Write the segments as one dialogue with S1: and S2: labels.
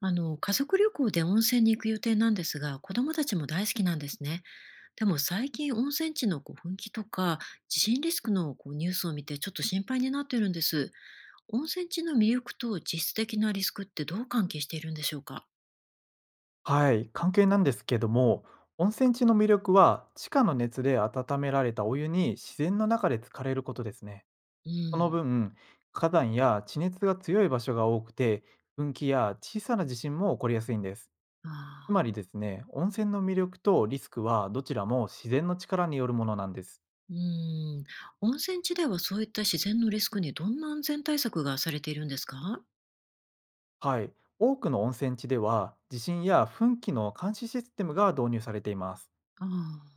S1: 家族旅行で温泉に行く予定なんですが、子供たちも大好きなんですね。でも最近、温泉地の噴気とか地震リスクのニュースを見て、ちょっと心配になっているんです。温泉地の魅力と実質的なリスクって、どう関係しているんでしょうか？
S2: はい、関係なんですけども、温泉地の魅力は地下の熱で温められたお湯に自然の中で浸かれることですね。
S1: う
S2: その
S1: ん。
S2: 分、火山や地熱が強い場所が多くて、噴気や小さな地震も起こりやすいんです。
S1: あ
S2: つまりで
S1: あ。
S2: すね、温泉の魅力とリスクはどちらも自然の力によるものなんです。
S1: うん。温泉地では、そういった自然のリスクにどんな安全対策がされているんですか？
S2: はい、多くの温泉地では地震や噴気の監視システムが導入されています。
S1: あ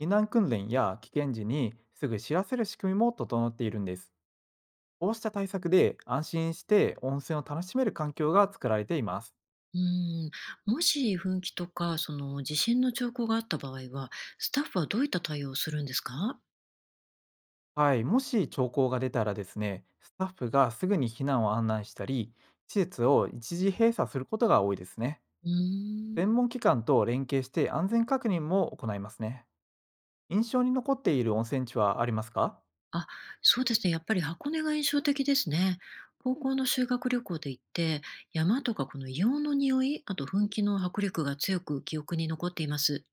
S2: 避難訓練や危険時にすぐ知らせる仕組みも整っているんです。こうした対策で安心して温泉を楽しめる環境が作られています。
S1: うん、もし噴気とか、その地震の兆候があった場合は、スタッフはどういった対応をするんですか？
S2: はい、もし兆候が出たらですね、スタッフがすぐに避難を案内したり、施設を一時閉鎖することが多いですね。
S1: うー
S2: 専
S1: ん。
S2: 門機関と連携して安全確認も行いますね。印象に残っている温泉地はありますか？
S1: あ、そうですね。やっぱり箱根が印象的ですね。高校の修学旅行で行って、山とか、この硫黄の匂い、あと噴気の迫力が強く記憶に残っています。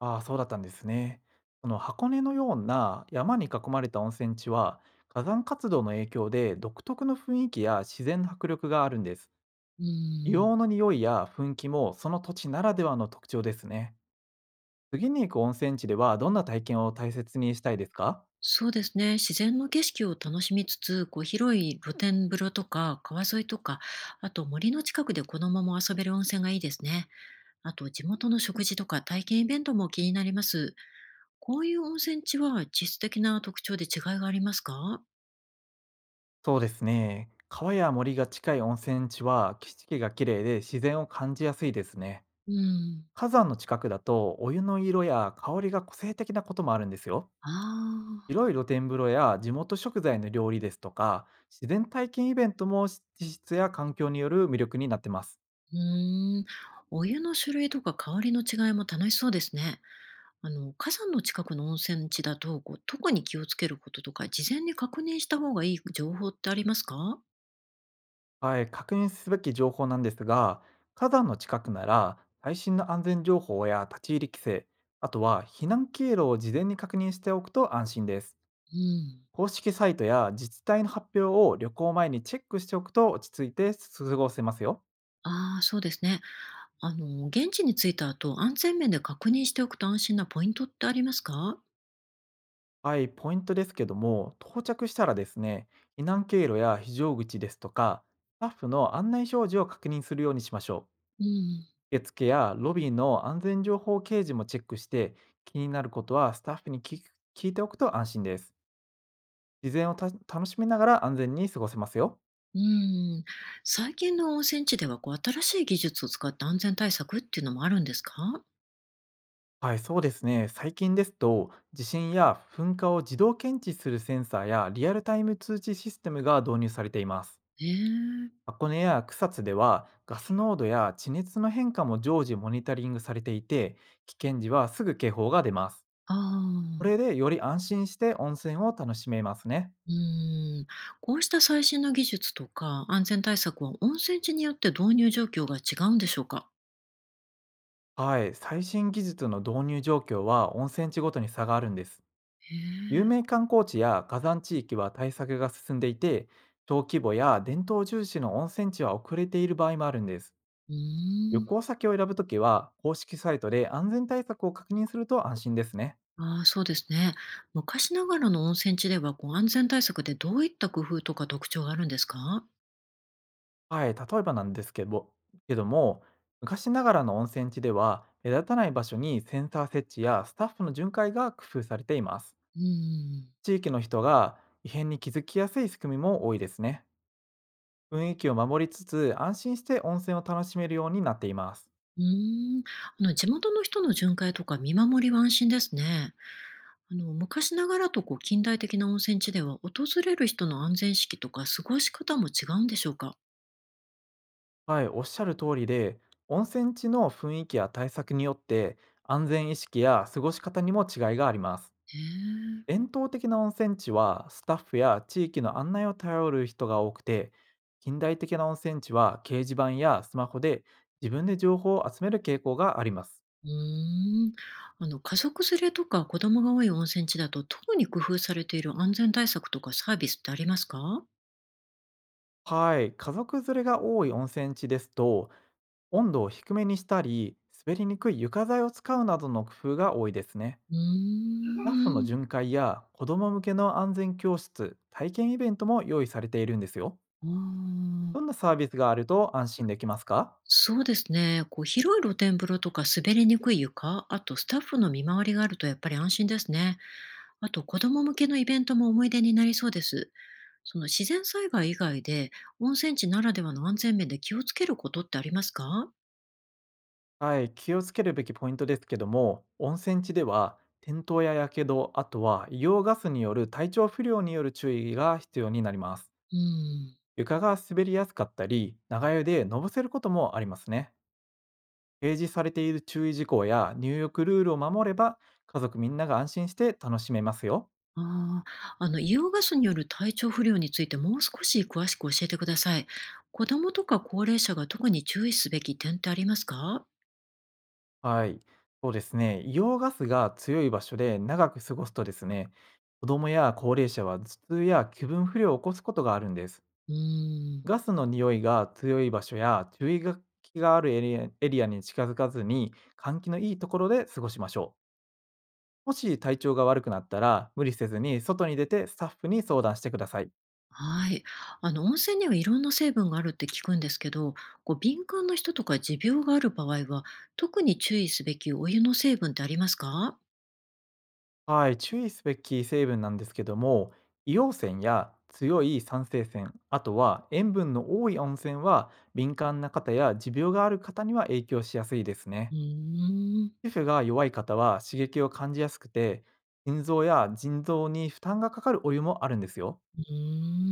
S2: ああ、そうだったんですね。その箱根のような山に囲まれた温泉地は、火山活動の影響で独特の雰囲気や自然の迫力があるんです。
S1: うー
S2: 硫
S1: ん。
S2: 黄の匂いや噴気もその土地ならではの特徴ですね。次に行く温泉地ではどんな体験を大切にしたいですか？
S1: そうですね。自然の景色を楽しみつつ、広い露天風呂とか川沿いとか、あと森の近くで子供も遊べる温泉がいいですね。あと、地元の食事とか体験イベントも気になります。こういう温泉地は、実質的な特徴で違いがありますか？
S2: そうですね。川や森が近い温泉地は景色が綺麗で自然を感じやすいですね。
S1: うん。
S2: 火山の近くだとお湯の色や香りが個性的なこともあるんですよ。
S1: ああ、
S2: 広い露天風呂や地元食材の料理ですとか、自然体験イベントも地質や環境による魅力になってます。
S1: うーん。お湯の種類とか香りの違いも楽しそうですね。火山の近くの温泉地だと、特に気をつけることとか、事前に確認した方がいい情報ってありますか？
S2: はい、確認すべき情報なんですが、火山の近くなら最新の安全情報や立ち入り規制、あとは避難経路を事前に確認しておくと安心です。
S1: うん。
S2: 公式サイトや自治体の発表を旅行前にチェックしておくと落ち着いて過ごせますよ。
S1: ああ、そうですね。あの、現地に着いた後、安全面で確認しておくと安心なポイントってありますか？
S2: はい、ポイントですけども、到着したらですね、避難経路や非常口ですとか、スタッフの案内表示を確認するようにしましょう。
S1: うん。
S2: 受付やロビーの安全情報掲示もチェックして、気になることはスタッフに聞いておくと安心です。事前をた楽しみながら安全に過ごせますよ。
S1: うん、最近の温泉地では、新しい技術を使った安全対策っていうのもあるんですか？
S2: はい、そうですね。最近ですと、地震や噴火を自動検知するセンサーやリアルタイム通知システムが導入されています。
S1: ええ、
S2: 箱根や草津では、ガス濃度や地熱の変化も常時モニタリングされていて、危険時はすぐ警報が出ます。
S1: あ
S2: こ
S1: あ、
S2: れでより安心して温泉を楽しめますね。
S1: うん、こうした最新の技術とか安全対策は、温泉地によって導入状況が違うんでしょうか？
S2: はい、最新技術の導入状況は温泉地ごとに差があるんです。
S1: へ
S2: 有
S1: え、
S2: 名観光地や火山地域は対策が進んでいて、小規模や伝統重視の温泉地は遅れている場合もあるんです。
S1: う
S2: 旅
S1: ーん、
S2: 行先を選ぶときは、公式サイトで安全対策を確認すると安心ですね。
S1: ああ、そうですね。昔ながらの温泉地では、安全対策でどういった工夫とか特徴があるんですか？
S2: はい、例えばなんですけども、昔ながらの温泉地では、目立たない場所にセンサー設置やスタッフの巡回が工夫されています。
S1: うん、
S2: 地域の人が異変に気づきやすい仕組みも多いですね。雰囲気を守りつつ安心して温泉を楽しめるようになっています。
S1: うーん、あの、地元の人の巡回とか見守りは安心ですね。あの、昔ながらと近代的な温泉地では、訪れる人の安全意識とか過ごし方も違うんでしょうか？
S2: はい、おっしゃる通りで、温泉地の雰囲気や対策によって安全意識や過ごし方にも違いがあります。
S1: へえ。
S2: 伝統的な温泉地はスタッフや地域の案内を頼る人が多くて、近代的な温泉地は掲示板やスマホで自分で情報を集める傾向があります。
S1: うーん。あの、家族連れとか子供が多い温泉地だと、特に工夫されている安全対策とかサービスってありますか？
S2: はい、家族連れが多い温泉地ですと、温度を低めにしたり、滑りにくい床材を使うなどの工夫が多いですね。
S1: うー
S2: スタッフの
S1: ん。
S2: 巡回や子ども向けの安全教室、体験イベントも用意されているんですよ。
S1: あー、
S2: どんなサービスがあると安心できますか？
S1: そうですね。広い露天風呂とか、滑りにくい床、あとスタッフの見回りがあると、やっぱり安心ですね。あと、子供向けのイベントも思い出になりそうです。その、自然災害以外で、温泉地ならではの安全面で気をつけることってありますか？
S2: はい、気をつけるべきポイントですけども、温泉地では転倒ややけど、あとは硫黄ガスによる体調不良による注意が必要になります。
S1: うん。
S2: 床が滑りやすかったり、長湯でのぼせることもありますね。提示されている注意事項や入浴ルールを守れば、家族みんなが安心して楽しめますよ。
S1: ああ、あの、硫黄ガスによる体調不良について、もう少し詳しく教えてください。子供とか高齢者が特に注意すべき点ってありますか？
S2: はい。そうですね。硫黄ガスが強い場所で長く過ごすとですね、子供や高齢者は頭痛や気分不良を起こすことがあるんです。
S1: うーん。
S2: ガスの匂いが強い場所や注意書きがあるエリアに近づかずに、換気のいいところで過ごしましょう。もし体調が悪くなったら、無理せずに外に出てスタッフに相談してください。
S1: はい。あの、温泉にはいろんな成分があるって聞くんですけど、敏感な人とか持病がある場合は、特に注意すべきお湯の成分ってありますか？
S2: はい、注意すべき成分なんですけども、硫黄泉や強い酸性泉、あとは塩分の多い温泉は、敏感な方や持病がある方には影響しやすいです
S1: う
S2: ね。
S1: ーん、
S2: 皮膚が弱い方は刺激を感じやすくて、心臓や腎臓に負担がかかるお湯もあるんですよ。
S1: う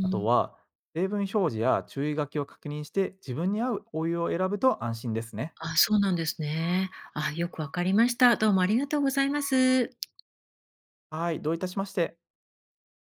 S2: あと
S1: ん。
S2: は、成分表示や注意書きを確認して、自分に合うお湯を選ぶと安心ですね。
S1: あ、そうなんですね。あ、よくわかりました。どうもありがとうございます。
S2: はい、どういたしまして。